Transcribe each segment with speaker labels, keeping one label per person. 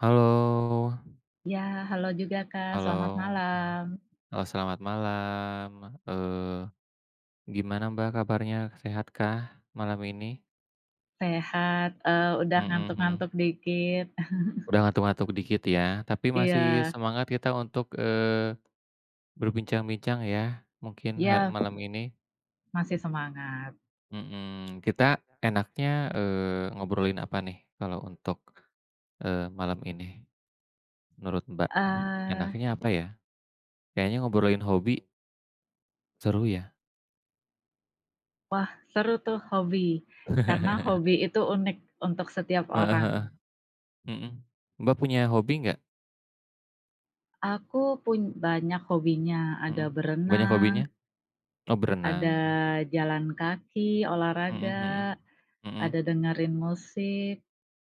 Speaker 1: Halo
Speaker 2: Ya, halo juga Kak, selamat
Speaker 1: halo,
Speaker 2: malam.
Speaker 1: selamat malam, eee, gimana Mbak kabarnya, sehatkah malam ini?
Speaker 2: Sehat, udah
Speaker 1: Mhm mhm,
Speaker 2: ngantuk-ngantuk dikit.
Speaker 1: udah ngantuk-ngantuk dikit ya, tapi masih
Speaker 2: Iya,
Speaker 1: semangat kita untuk, berbincang-bincang ya, mungkin ha
Speaker 2: iya
Speaker 1: malam ini?
Speaker 2: masih semangat.
Speaker 1: Mhm, kita enaknya, ngobrolin apa nih kalau untuk, malam ini menurut Mbak?
Speaker 2: Eee,
Speaker 1: Enaknya apa ya? Kayaknya ngobrolin hobi seru ya?
Speaker 2: Wah, seru tuh hobi, karena hobi itu unik untuk setiap
Speaker 1: Heeh
Speaker 2: orang.
Speaker 1: heeh. Mhm. Mbak punya hobi nggak?
Speaker 2: Aku pun banyak hobinya,
Speaker 1: Mhm.
Speaker 2: ada
Speaker 1: Banyak
Speaker 2: berenang,
Speaker 1: hobinya? Oh,
Speaker 2: ada
Speaker 1: berenang.
Speaker 2: jalan kaki,
Speaker 1: Mhm
Speaker 2: olahraga,
Speaker 1: mhm.
Speaker 2: ada
Speaker 1: Mhm.
Speaker 2: dengerin musik,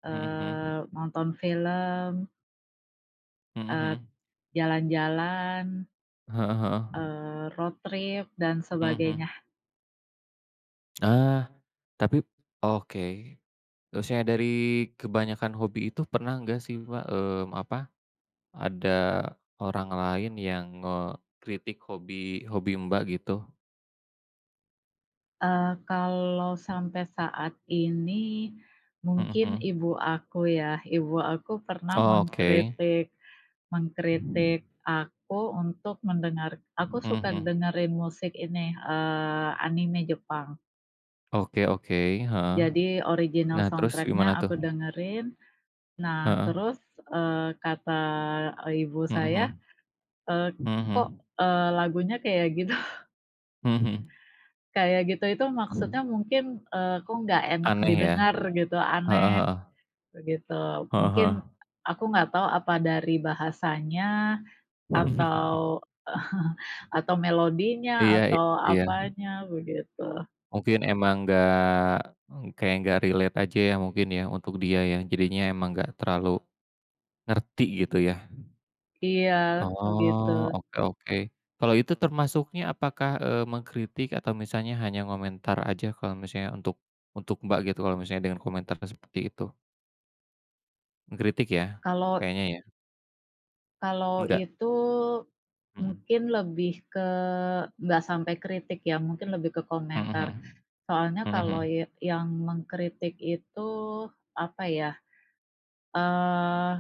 Speaker 1: Mhm mhm.
Speaker 2: nonton film,
Speaker 1: Mhm
Speaker 2: eee,
Speaker 1: mhm.
Speaker 2: jalan-jalan.
Speaker 1: Heeh heeh.
Speaker 2: Road trip dan
Speaker 1: Mhm
Speaker 2: sebagainya.
Speaker 1: mhm. Ah, tapi oke. Terusnya dari kebanyakan hobi itu pernah nggak sih, Mbak, mmm, apa, ada orang lain yang ngekritik hobi hobi Mbak gitu?
Speaker 2: Kalau sampai saat ini,
Speaker 1: Mhm
Speaker 2: mungkin
Speaker 1: mhm.
Speaker 2: ibu aku ya, ibu aku pernah
Speaker 1: Oh, oke.
Speaker 2: mengkritik mengkritik aku untuk mendengar aku
Speaker 1: Mhm
Speaker 2: suka
Speaker 1: mhm.
Speaker 2: dengerin musik ini, anime Jepang.
Speaker 1: Oke oke, heeh.
Speaker 2: Jadi original
Speaker 1: Nah, terus
Speaker 2: soundtrack-nya
Speaker 1: gimana tuh?
Speaker 2: aku dengerin. Nah
Speaker 1: Heeh.
Speaker 2: terus, kata ibu
Speaker 1: Mhm
Speaker 2: saya,
Speaker 1: mhm.
Speaker 2: eee, "Kok,
Speaker 1: Mhm,
Speaker 2: lagunya kayak gini?"
Speaker 1: mhm.
Speaker 2: Kayak gitu itu maksudnya mungkin, kok nggak enak
Speaker 1: Aneh ya?
Speaker 2: didengar gitu,
Speaker 1: Heeh
Speaker 2: aneh,
Speaker 1: heeh,
Speaker 2: begitu.
Speaker 1: heeh
Speaker 2: Mungkin
Speaker 1: heeh.
Speaker 2: aku nggak tahu apa dari bahasanya atau atau melodinya
Speaker 1: Iya iya
Speaker 2: atau
Speaker 1: iya,
Speaker 2: apanya begitu.
Speaker 1: mungkin emang nggak hmm, kayak nggak relate aja ya mungkin ya untuk dia ya, jadinya emang nggak terlalu ngerti gitu ya?
Speaker 2: Iya, begitu.
Speaker 1: Oh, oke oke. Kalau itu termasuknya apakah, mengkritik atau misalnya hanya ngomentar aja kalau misalnya untuk Mbak gitu kalau misalnya dengan komentar seperti itu? Mengkritik ya?
Speaker 2: Kalau
Speaker 1: Kayaknya ya?
Speaker 2: kalau
Speaker 1: Enggak?
Speaker 2: itu
Speaker 1: Mhm.
Speaker 2: mungkin lebih ke nggak sampai kritik ya, mungkin lebih ke
Speaker 1: Mhm
Speaker 2: komentar.
Speaker 1: mhm.
Speaker 2: Soalnya
Speaker 1: Mhm
Speaker 2: kalau
Speaker 1: mhm.
Speaker 2: yang mengkritik itu, apa ya, eee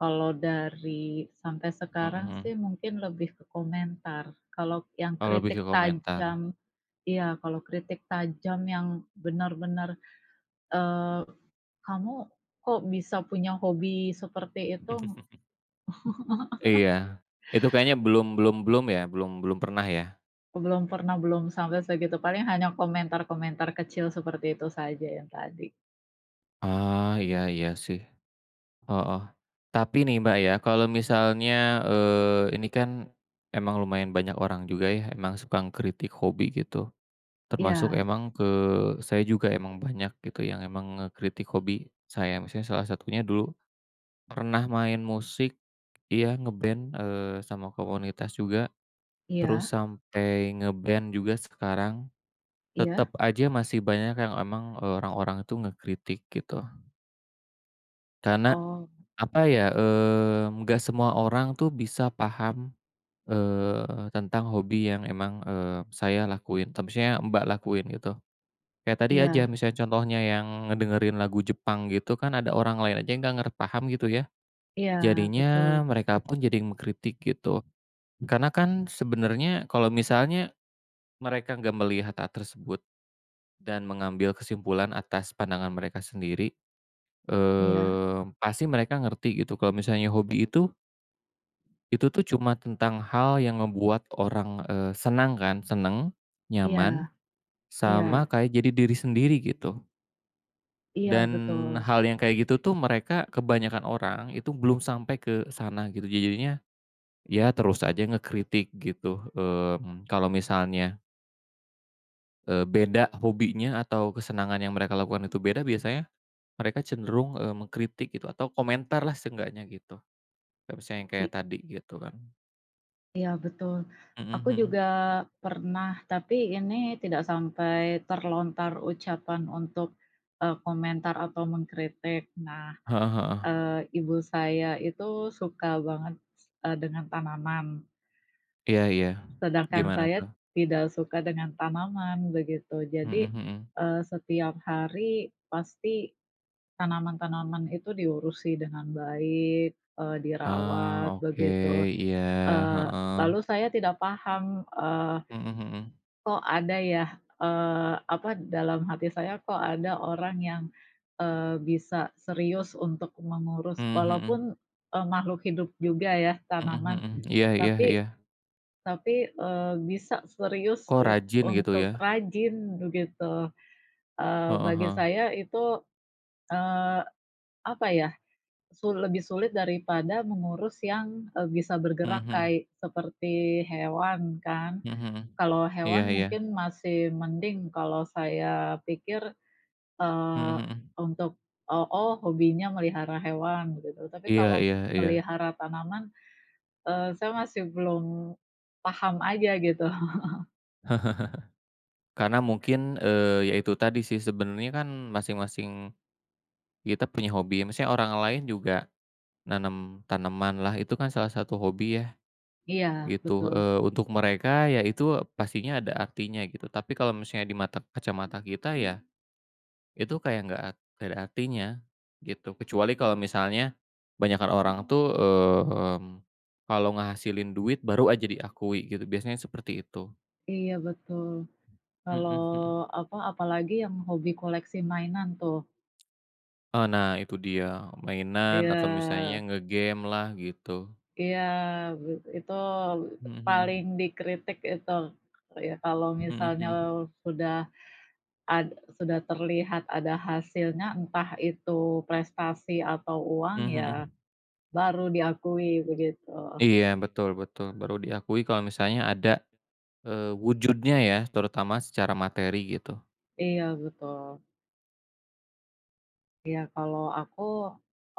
Speaker 2: kalau dari sampai
Speaker 1: Mhm
Speaker 2: sekarang sih
Speaker 1: mhm.
Speaker 2: mungkin lebih ke komentar. Kalau yang
Speaker 1: Oh, lebih
Speaker 2: kritik
Speaker 1: ke komentar.
Speaker 2: tajam, iya, kalau kritik tajam yang benar-benar, eee, "Kamu kok bisa punya hobi seperti itu?"
Speaker 1: Iya, itu kayaknya belum belum belum ya, belum belum pernah ya?
Speaker 2: Belum pernah, belum sampai segitu. Paling hanya komentar-komentar kecil seperti itu saja yang tadi.
Speaker 1: Ah, iya iya sih, heeh. Tapi nih Mbak ya, kalau misalnya, ini kan emang lumayan banyak orang juga ya, emang suka kritik hobi gitu, termasuk
Speaker 2: Iya,
Speaker 1: emang ke saya juga emang banyak gitu yang emang ngekritik hobi saya. Misalnya salah satunya dulu pernah main musik, iya ngeband sama komunitas juga, terus
Speaker 2: iya,
Speaker 1: sampai ngeband juga sekarang. Tetap
Speaker 2: iya,
Speaker 1: aja masih banyak yang emang, orang-orang itu ngekritik gitu. Karena
Speaker 2: oh,
Speaker 1: apa ya, mmm, nggak semua orang tuh bisa paham, tentang hobi yang emang, saya lakuin atau misalnya Mbak lakuin gitu. Kayak tadi aja
Speaker 2: iya,
Speaker 1: misalnya contohnya yang ngedengerin lagu Jepang gitu kan ada orang lain aja yang nggak ngerti paham gitu ya,
Speaker 2: iya, betul,
Speaker 1: jadinya mereka pun jadi mengkritik gitu. Karena kan sebenarnya kalau misalnya mereka nggak melihat hal tersebut dan mengambil kesimpulan atas pandangan mereka sendiri.
Speaker 2: iya,
Speaker 1: Mmm, pasti mereka ngerti gitu kalau misalnya hobi itu tuh cuma tentang hal yang ngebuat orang, senang kan, seneng, nyaman,
Speaker 2: iya,
Speaker 1: sama
Speaker 2: iya,
Speaker 1: kayak jadi diri sendiri gitu.
Speaker 2: iya,
Speaker 1: Dan
Speaker 2: betul.
Speaker 1: hal yang kayak gitu tuh mereka kebanyakan orang itu belum sampai ke sana gitu. Jadinya ya terus aja ngekritik gitu, mmm, kalau misalnya, beda hobinya atau kesenangan yang mereka lakukan itu beda biasanya mereka cenderung, mengkritik gitu atau komentarlah seenggaknya gitu. Nggak bisa yang kayak
Speaker 2: i
Speaker 1: tadi gitu kan.
Speaker 2: Iya betul.
Speaker 1: Mhm
Speaker 2: Aku
Speaker 1: mhm.
Speaker 2: juga pernah, tapi ini tidak sampai terlontar ucapan untuk, komentar atau mengkritik. Nah,
Speaker 1: Heeh heeh.
Speaker 2: ibu saya itu suka banget, dengan tanaman,
Speaker 1: Iya iya.
Speaker 2: sedangkan
Speaker 1: Gimana
Speaker 2: saya
Speaker 1: tuh?
Speaker 2: tidak suka dengan tanaman, begitu.
Speaker 1: Mhm
Speaker 2: Jadi,
Speaker 1: mhm.
Speaker 2: setiap hari pasti tanaman-tanaman itu diurusi dengan baik,
Speaker 1: Ah,
Speaker 2: dirawat,
Speaker 1: oke.
Speaker 2: begitu.
Speaker 1: Iya,
Speaker 2: Eee, Lalu
Speaker 1: heeh.
Speaker 2: saya tidak paham, eh,
Speaker 1: Mhm mhm.
Speaker 2: kok ada ya, apa, dalam hati saya kok ada orang yang, bisa serius untuk mengurus
Speaker 1: Mhm mhm.
Speaker 2: walaupun, makhluk hidup juga ya
Speaker 1: Mhm
Speaker 2: tanaman,
Speaker 1: mhm. Iya iya
Speaker 2: tapi
Speaker 1: iya.
Speaker 2: tapi, bisa serius
Speaker 1: Kok rajin gitu
Speaker 2: untuk
Speaker 1: ya?
Speaker 2: rajin begitu.
Speaker 1: Heeh
Speaker 2: Bagi
Speaker 1: heeh.
Speaker 2: saya itu, eee, apa ya, lebih sulit daripada mengurus yang, bisa
Speaker 1: Mhm
Speaker 2: bergerak
Speaker 1: mhm.
Speaker 2: kayak seperti hewan kan.
Speaker 1: Mhm mhm.
Speaker 2: Kalau
Speaker 1: Iya
Speaker 2: hewan
Speaker 1: iya.
Speaker 2: mungkin masih mending, kalau saya pikir,
Speaker 1: Mhm
Speaker 2: eee,
Speaker 1: mhm.
Speaker 2: untuk, oh, hobinya melihara hewan gitu, tapi
Speaker 1: Iya
Speaker 2: kalau
Speaker 1: iya iya.
Speaker 2: melihara tanaman, saya masih belum paham aja gitu.
Speaker 1: Karena mungkin, ya itu tadi sih sebenarnya kan masing-masing kita punya hobi, ya, maksudnya orang lain juga nanam tanaman lah, itu kan salah satu hobi ya.
Speaker 2: Iya,
Speaker 1: Gitu,
Speaker 2: betul.
Speaker 1: untuk mereka ya itu pastinya ada artinya gitu, tapi kalau misalnya di mata kacamata kita ya, itu kayak nggak ada artinya, gitu. Kecuali kalau misalnya banyakkan orang tuh, mmm, kalau ngehasilin duit baru aja diakui gitu, biasanya seperti itu.
Speaker 2: Iya, betul. Kalau
Speaker 1: Mhm mhm.
Speaker 2: apa, apalagi yang hobi koleksi mainan tuh.
Speaker 1: Eee, nah itu dia, mainan atau misalnya
Speaker 2: Iya
Speaker 1: ngegame lah gitu.
Speaker 2: iya, be itu
Speaker 1: Mhm
Speaker 2: paling
Speaker 1: mhm.
Speaker 2: dikritik itu, ya kalau
Speaker 1: Mhm
Speaker 2: misalnya
Speaker 1: mhm.
Speaker 2: sudah sudah terlihat ada hasilnya, entah itu prestasi atau uang,
Speaker 1: Mhm
Speaker 2: ya
Speaker 1: mhm.
Speaker 2: baru diakui begitu.
Speaker 1: Iya, betul betul, baru diakui kalau misalnya ada. Eee, wujudnya ya, terutama secara materi gitu.
Speaker 2: Iya betul. Iya kalau aku,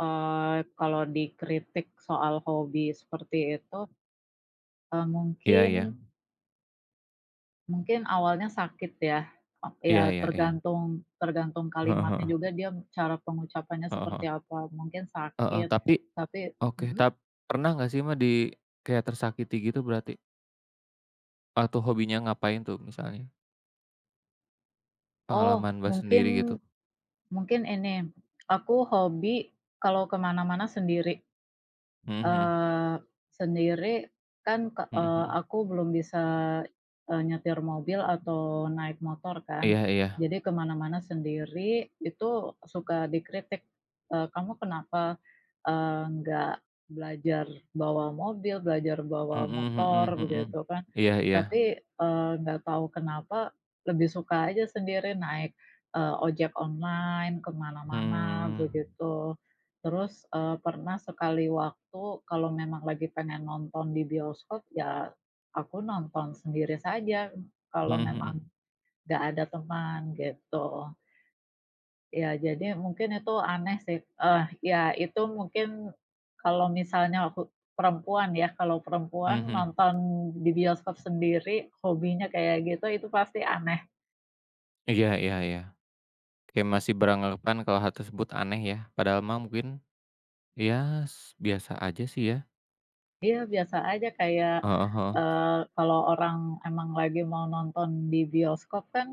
Speaker 2: kalau dikritik soal hobi seperti itu,
Speaker 1: Iya
Speaker 2: mungkin
Speaker 1: iya.
Speaker 2: mungkin awalnya sakit ya, e ya
Speaker 1: Iya iya iya.
Speaker 2: tergantung tergantung
Speaker 1: Heeh
Speaker 2: kalimatnya
Speaker 1: heeh.
Speaker 2: juga dia cara pengucapannya
Speaker 1: Heeh
Speaker 2: seperti
Speaker 1: heeh.
Speaker 2: apa, mungkin
Speaker 1: Heeh,
Speaker 2: sakit,
Speaker 1: tapi
Speaker 2: tapi
Speaker 1: oke,
Speaker 2: mhm?
Speaker 1: pernah nggak sih Mbak di kayak tersakiti gitu berarti? Atau hobinya ngapain tuh misalnya?
Speaker 2: Oh,
Speaker 1: Pengalaman Mbak
Speaker 2: mungkin
Speaker 1: sendiri gitu?
Speaker 2: Mungkin ini, aku hobi kalau kemana mana sendiri.
Speaker 1: Mhm mhm.
Speaker 2: Eee, Sendiri kan
Speaker 1: Mhm mhm.
Speaker 2: aku belum bisa, nyetir mobil atau naik motor kan.
Speaker 1: Iya iya.
Speaker 2: Jadi ke mana-mana sendiri itu suka dikritik, "Kamu kenapa, nggak belajar bawa mobil, belajar bawa
Speaker 1: Mhm
Speaker 2: motor?"
Speaker 1: mhm
Speaker 2: Begitu
Speaker 1: mhm.
Speaker 2: kan.
Speaker 1: Iya iya.
Speaker 2: Tapi, nggak tahu kenapa lebih suka aja sendiri naik, ojek online ke mana-mana
Speaker 1: Mmm.
Speaker 2: begitu. Terus, pernah sekali waktu kalau memang lagi pengen nonton di bioskop, ya aku nonton sendiri saja kalau
Speaker 1: Mhm
Speaker 2: memang
Speaker 1: mhm.
Speaker 2: nggak ada teman gitu. Ya jadi mungkin itu aneh sih, eh, ya itu mungkin kalau misalnya aku perempuan ya, kalau
Speaker 1: Mhm
Speaker 2: perempuan
Speaker 1: mhm.
Speaker 2: nonton di bioskop sendiri, hobinya kayak gitu, itu pasti aneh.
Speaker 1: Iya iya iya. Kayak masih beranggapan kalau hal tersebut aneh ya, padahal mah mungkin, ya s biasa aja sih ya.
Speaker 2: Iya, biasa aja kayak,
Speaker 1: Heeh heeh.
Speaker 2: eee, kalau orang emang lagi mau nonton di bioskop kan,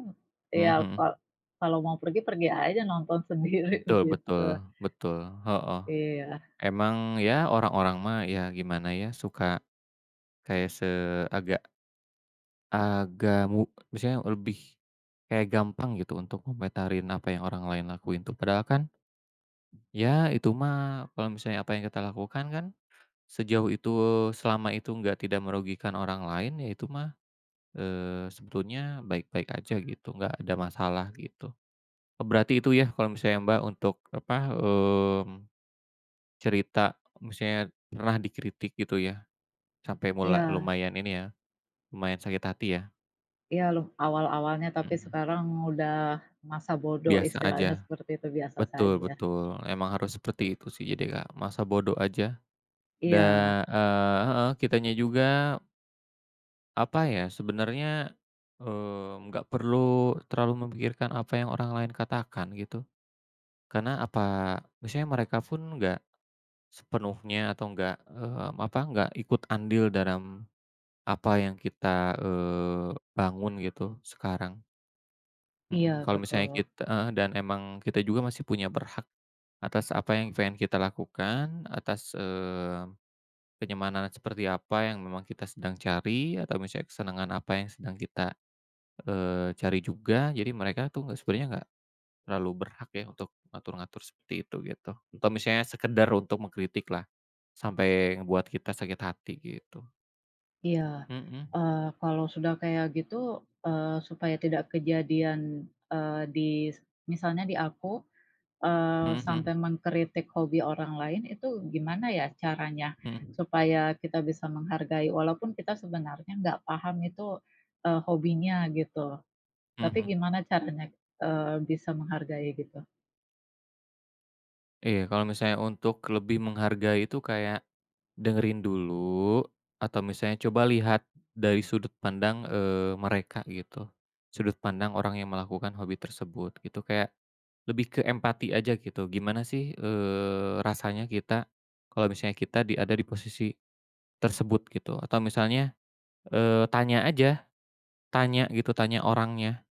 Speaker 2: ya kal
Speaker 1: Mhm.
Speaker 2: kalau mau pergi, pergi aja nonton sendiri
Speaker 1: Betul
Speaker 2: gitu.
Speaker 1: betul betul, heeh.
Speaker 2: Iya.
Speaker 1: Emang ya orang-orang mah ya gimana ya, suka kayak se agak agak mu maksudnya lebih kayak gampang gitu untuk ngomentarin apa yang orang lain lakuin tuh. Padahal kan ya itu mah kalau misalnya apa yang kita lakukan kan sejauh itu selama itu nggak tidak merugikan orang lain ya itu mah, sebetulnya baik-baik aja gitu, nggak ada masalah gitu. Oh berarti itu ya kalau misalnya Mbak untuk apa, mmm. Cerita, misalnya pernah dikritik gitu ya, sampai mula
Speaker 2: Iya
Speaker 1: lumayan ini ya, lumayan sakit hati ya?
Speaker 2: iya loh, awal-awalnya tapi
Speaker 1: Mhm,
Speaker 2: sekarang udah masa bodoh
Speaker 1: biasa
Speaker 2: istilahnya
Speaker 1: aja.
Speaker 2: seperti itu, biasa
Speaker 1: Betul
Speaker 2: saja.
Speaker 1: betul, emang harus seperti itu sih jadi Kak, masa bodoh aja da
Speaker 2: Iya
Speaker 1: heeh, kitanya juga, apa ya, sebenarnya, nggak perlu terlalu memikirkan apa yang orang lain katakan gitu. Karena apa, misalnya mereka pun nggak sepenuhnya atau nggak, mmm, apa, nggak ikut andil dalam apa yang kita, bangun gitu sekarang, mhm,
Speaker 2: iya,
Speaker 1: kalau misalnya
Speaker 2: betul.
Speaker 1: kita heeh, dan emang kita juga masih punya berhak atas apa yang pengen kita lakukan, atas, kenyamanan seperti apa yang memang kita sedang cari atau misalnya kesenangan apa yang sedang kita, cari juga. Jadi mereka tuh nggak sebenarnya nggak terlalu berhak ya untuk ngatur-ngatur seperti itu gitu, atau misalnya sekedar untuk mengkritik lah, sampai ngebuat kita sakit hati gitu.
Speaker 2: Iya,
Speaker 1: Mhm,
Speaker 2: kalau sudah kayak gitu, supaya tidak kejadian, eee, di misalnya di aku,
Speaker 1: mhm
Speaker 2: Sampai
Speaker 1: mhm,
Speaker 2: mengkritik hobi orang lain itu gimana ya caranya supaya kita bisa menghargai walaupun kita sebenarnya nggak paham itu, hobinya gitu,
Speaker 1: mhm,
Speaker 2: tapi
Speaker 1: mhm.
Speaker 2: gimana caranya, bisa menghargai gitu?
Speaker 1: Iya, kalau misalnya untuk lebih menghargai itu kayak dengerin dulu atau misalnya coba lihat dari sudut pandang, mereka gitu, sudut pandang orang yang melakukan hobi tersebut gitu, kayak lebih ke empati aja gitu. Gimana sih, rasanya kita kalau misalnya kita ada di posisi tersebut gitu atau misalnya, tanya aja, tanya gitu, tanya orangnya.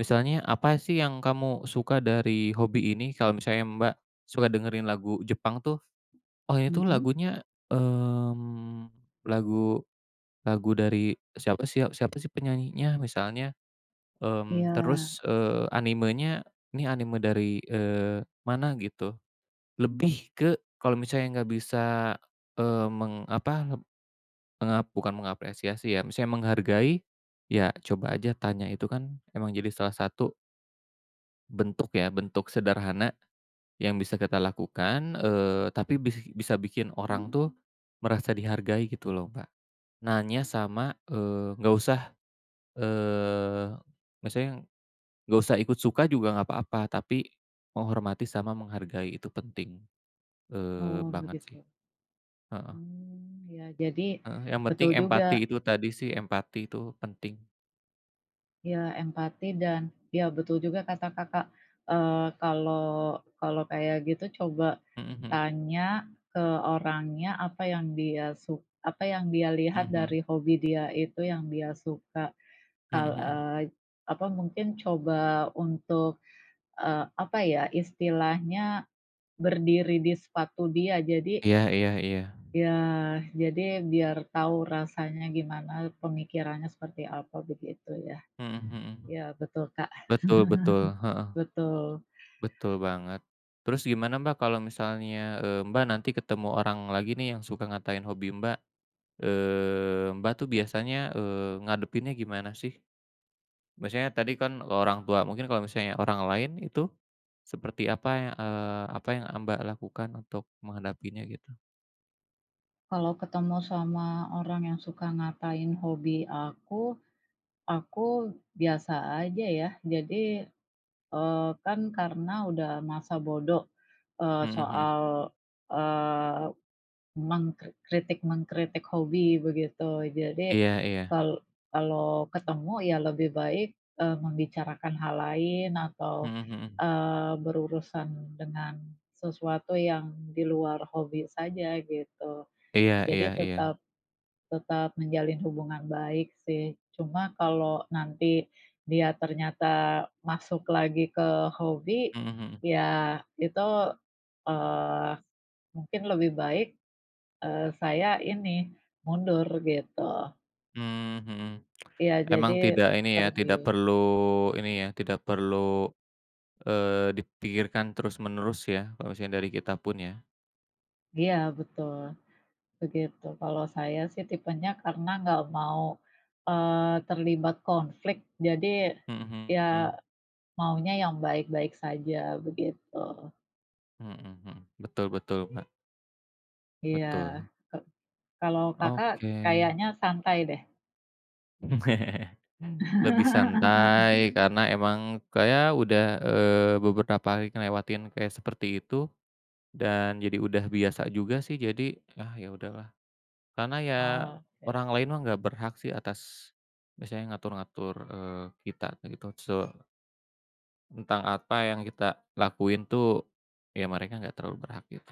Speaker 1: Misalnya, "Apa sih yang kamu suka dari hobi ini?" Kalau misalnya Mbak suka dengerin lagu Jepang tuh, oh itu
Speaker 2: Mhm,
Speaker 1: lagunya, mmm, lagu lagu dari siapa sih penyanyinya misalnya, mmm,
Speaker 2: iya,
Speaker 1: terus, animenya ini anime dari, mana gitu. Lebih ke kalau misalnya nggak bisa, eee, meng apa, menga bukan mengapresiasi ya, misalnya menghargai, ya coba aja tanya itu kan emang jadi salah satu bentuk ya, bentuk sederhana yang bisa kita lakukan, tapi bisa bikin orang tuh merasa dihargai gitu loh, Mbak. Nanya sama, nggak usah, eee, maksudnya nggak usah ikut suka juga nggak apa-apa, tapi menghormati sama menghargai itu penting,
Speaker 2: oh
Speaker 1: banget sih.
Speaker 2: begitu.
Speaker 1: Heeh
Speaker 2: Mmm, iya jadi
Speaker 1: heeh, yang penting
Speaker 2: betul juga
Speaker 1: empati itu tadi sih, empati itu penting.
Speaker 2: ya empati, dan ya betul juga kata Kakak, kalau kalau kayak gitu coba
Speaker 1: Mhm mhm.
Speaker 2: tanya ke orangnya apa yang dia suka, apa yang dia
Speaker 1: Mhm
Speaker 2: lihat dari
Speaker 1: mhm.
Speaker 2: hobi dia itu yang dia suka.
Speaker 1: Mhm
Speaker 2: Kal
Speaker 1: mhm.
Speaker 2: eee, Apa mungkin coba untuk, apa ya, istilahnya berdiri di sepatu dia. Jadi
Speaker 1: Iya iya iya.
Speaker 2: ya, jadi biar tahu rasanya gimana, pemikirannya seperti apa begitu ya.
Speaker 1: Mhm mhm. Mhm.
Speaker 2: Ya betul, Kak.
Speaker 1: Betul betul, heeh,
Speaker 2: Betul.
Speaker 1: betul banget. Terus gimana Mbak kalau misalnya, Mbak nanti ketemu orang lagi nih yang suka ngatain hobi Mbak? Eee, Mbak tuh biasanya, ngadepinnya gimana sih? Maksudnya tadi kan kalau orang tua, mungkin kalau misalnya orang lain itu seperti apa ya, apa yang Mbak lakukan untuk menghadapinya gitu?
Speaker 2: Kalau ketemu sama orang yang suka ngatain hobi aku biasa aja ya. Jadi, kan karena udah masa bodoh,
Speaker 1: Mhm mhm.
Speaker 2: soal, eee, mengkri mengkritik hobi begitu. Jadi,
Speaker 1: Iya iya.
Speaker 2: kal kalau ketemu ya lebih baik, membicarakan hal lain atau,
Speaker 1: Mhm mhm.
Speaker 2: berurusan dengan sesuatu yang di luar hobi saja gitu.
Speaker 1: Iya iya
Speaker 2: Jadi
Speaker 1: iya.
Speaker 2: tetap tetap menjalin hubungan baik sih. Cuma kalau nanti dia ternyata masuk lagi ke hobi,
Speaker 1: Mhm mhm.
Speaker 2: ya itu, eee, mungkin lebih baik, saya ini mundur gitu.
Speaker 1: Mmm, mhm.
Speaker 2: Ya
Speaker 1: Emang
Speaker 2: jadi
Speaker 1: tidak ini ya,
Speaker 2: pergi.
Speaker 1: tidak perlu ini ya, tidak perlu, dipikirkan terus-menerus ya, kalau misalnya dari kita pun ya?
Speaker 2: Iya betul, begitu. Kalau saya sih tipenya karena nggak mau, terlibat konflik, jadi
Speaker 1: Mhm
Speaker 2: ya
Speaker 1: mhm.
Speaker 2: maunya yang baik-baik saja begitu.
Speaker 1: Mhm mhm. Betul betul, Mbak,
Speaker 2: Iya,
Speaker 1: betul.
Speaker 2: ke kalau Kakak
Speaker 1: Oke.
Speaker 2: kayaknya santai deh.
Speaker 1: Lebih santai. Mhm. Karena emang kayak udah, beberapa kali ngelewatin kayak seperti itu dan jadi udah biasa juga sih jadi, ah, ya udahlah. Karena ya
Speaker 2: Oke.
Speaker 1: orang lain mah nggak berhak sih atas biasanya ngatur-ngatur, kita gitu so tentang apa yang kita lakuin tuh ya mereka nggak terlalu berhak gitu.